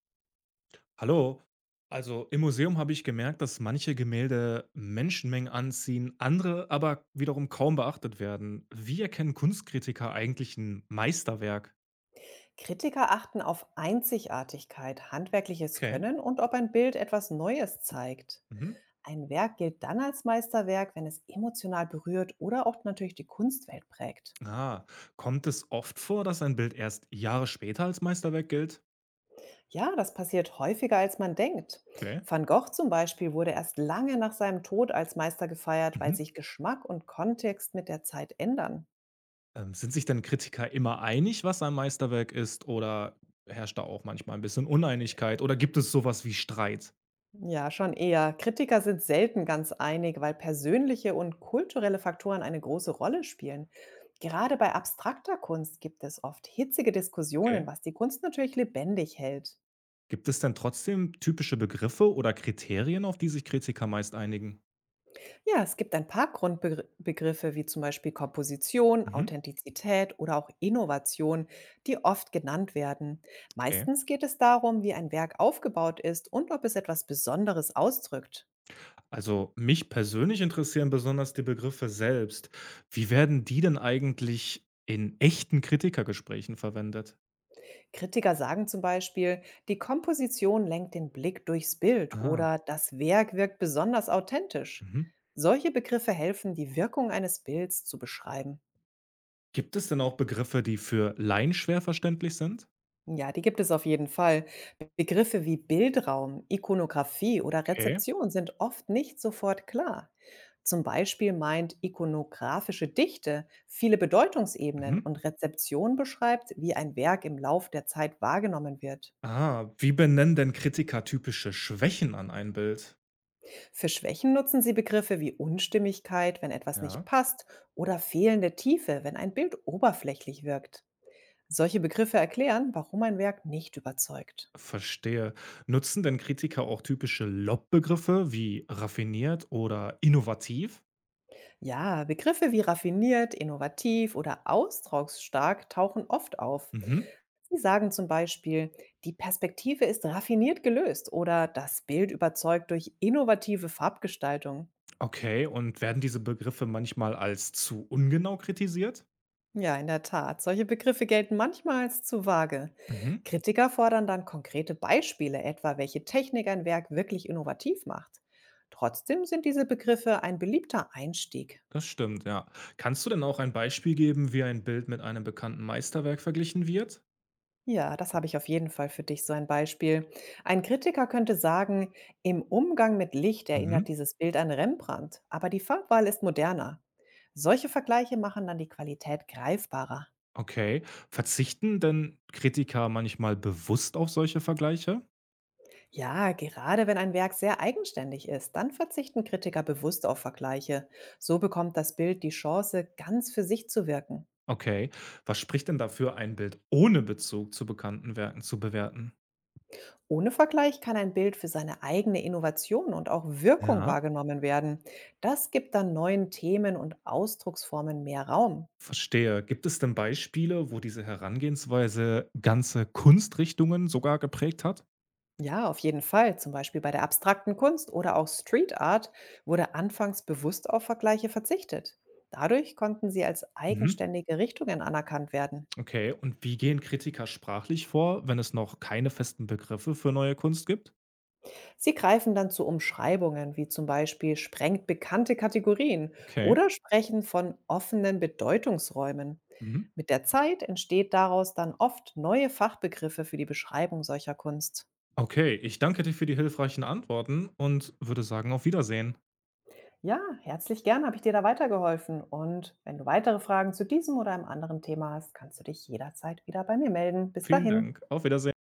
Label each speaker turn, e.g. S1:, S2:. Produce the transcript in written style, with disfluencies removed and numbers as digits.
S1: Hallo. Also im Museum habe ich gemerkt, dass manche Gemälde Menschenmengen anziehen, andere aber wiederum kaum beachtet werden. Wie erkennen Kunstkritiker eigentlich ein Meisterwerk?
S2: Kritiker achten auf Einzigartigkeit, handwerkliches
S1: Okay.
S2: Können und ob ein Bild etwas Neues zeigt.
S1: Mhm.
S2: Ein Werk gilt dann als Meisterwerk, wenn es emotional berührt oder auch natürlich die Kunstwelt prägt.
S1: Ah, kommt es oft vor, dass ein Bild erst Jahre später als Meisterwerk gilt?
S2: Ja, das passiert häufiger, als man denkt.
S1: Okay.
S2: Van Gogh zum Beispiel wurde erst lange nach seinem Tod als Meister gefeiert, weil
S1: Mhm.
S2: sich Geschmack und Kontext mit der Zeit ändern.
S1: Sind sich denn Kritiker immer einig, was ein Meisterwerk ist? Oder herrscht da auch manchmal ein bisschen Uneinigkeit? Oder gibt es sowas wie Streit?
S2: Ja, schon eher. Kritiker sind selten ganz einig, weil persönliche und kulturelle Faktoren eine große Rolle spielen. Gerade bei abstrakter Kunst gibt es oft hitzige Diskussionen,
S1: Okay.
S2: was die Kunst natürlich lebendig hält.
S1: Gibt es denn trotzdem typische Begriffe oder Kriterien, auf die sich Kritiker meist einigen?
S2: Ja, es gibt ein paar Grundbegriffe wie zum Beispiel Komposition,
S1: Mhm.
S2: Authentizität oder auch Innovation, die oft genannt werden.
S1: Okay.
S2: Meistens geht es darum, wie ein Werk aufgebaut ist und ob es etwas Besonderes ausdrückt.
S1: Also mich persönlich interessieren besonders die Begriffe selbst. Wie werden die denn eigentlich in echten Kritikergesprächen verwendet?
S2: Kritiker sagen zum Beispiel, die Komposition lenkt den Blick durchs Bild
S1: Ah,
S2: oder das Werk wirkt besonders authentisch.
S1: Mhm.
S2: Solche Begriffe helfen, die Wirkung eines Bilds zu beschreiben.
S1: Gibt es denn auch Begriffe, die für Laien schwer verständlich sind?
S2: Ja, die gibt es auf jeden Fall. Begriffe wie Bildraum, Ikonografie oder
S1: Okay.
S2: Rezeption sind oft nicht sofort klar. Zum Beispiel meint ikonografische Dichte viele Bedeutungsebenen
S1: Mhm.
S2: und Rezeption beschreibt, wie ein Werk im Lauf der Zeit wahrgenommen wird.
S1: Ah, wie benennen denn Kritiker typische Schwächen an ein Bild?
S2: Für Schwächen nutzen sie Begriffe wie Unstimmigkeit, wenn etwas nicht
S1: Ja.
S2: passt, oder fehlende Tiefe, wenn ein Bild oberflächlich wirkt. Solche Begriffe erklären, warum ein Werk nicht überzeugt.
S1: Verstehe. Nutzen denn Kritiker auch typische Lobbegriffe wie raffiniert oder innovativ?
S2: Ja, Begriffe wie raffiniert, innovativ oder ausdrucksstark tauchen oft auf.
S1: Mhm.
S2: Sie sagen zum Beispiel, die Perspektive ist raffiniert gelöst oder das Bild überzeugt durch innovative Farbgestaltung.
S1: Okay, und werden diese Begriffe manchmal als zu ungenau kritisiert?
S2: Ja, in der Tat. Solche Begriffe gelten manchmal als zu vage.
S1: Mhm.
S2: Kritiker fordern dann konkrete Beispiele, etwa welche Technik ein Werk wirklich innovativ macht. Trotzdem sind diese Begriffe ein beliebter Einstieg.
S1: Das stimmt, ja. Kannst du denn auch ein Beispiel geben, wie ein Bild mit einem bekannten Meisterwerk verglichen wird?
S2: Ja, das habe ich auf jeden Fall für dich, so ein Beispiel. Ein Kritiker könnte sagen, im Umgang mit Licht erinnert
S1: Mhm.
S2: dieses Bild an Rembrandt, aber die Farbwahl ist moderner. Solche Vergleiche machen dann die Qualität greifbarer.
S1: Okay. Verzichten denn Kritiker manchmal bewusst auf solche Vergleiche?
S2: Ja, gerade wenn ein Werk sehr eigenständig ist, dann verzichten Kritiker bewusst auf Vergleiche. So bekommt das Bild die Chance, ganz für sich zu wirken.
S1: Okay. Was spricht denn dafür, ein Bild ohne Bezug zu bekannten Werken zu bewerten?
S2: Ohne Vergleich kann ein Bild für seine eigene Innovation und auch Wirkung
S1: Ja.
S2: wahrgenommen werden. Das gibt dann neuen Themen und Ausdrucksformen mehr Raum.
S1: Verstehe. Gibt es denn Beispiele, wo diese Herangehensweise ganze Kunstrichtungen sogar geprägt hat?
S2: Ja, auf jeden Fall. Zum Beispiel bei der abstrakten Kunst oder auch Street Art wurde anfangs bewusst auf Vergleiche verzichtet. Dadurch konnten sie als
S1: Mhm.
S2: eigenständige Richtungen anerkannt werden.
S1: Okay, und wie gehen Kritiker sprachlich vor, wenn es noch keine festen Begriffe für neue Kunst gibt?
S2: Sie greifen dann zu Umschreibungen wie zum Beispiel sprengt bekannte Kategorien
S1: Okay.
S2: oder sprechen von offenen Bedeutungsräumen.
S1: Mhm.
S2: Mit der Zeit entsteht daraus dann oft neue Fachbegriffe für die Beschreibung solcher Kunst.
S1: Okay, ich danke dir für die hilfreichen Antworten und würde sagen, auf Wiedersehen.
S2: Ja, herzlich gern habe ich dir da weitergeholfen. Und wenn du weitere Fragen zu diesem oder einem anderen Thema hast, kannst du dich jederzeit wieder bei mir melden. Bis
S1: Vielen
S2: dahin.
S1: Dank. Auf Wiedersehen.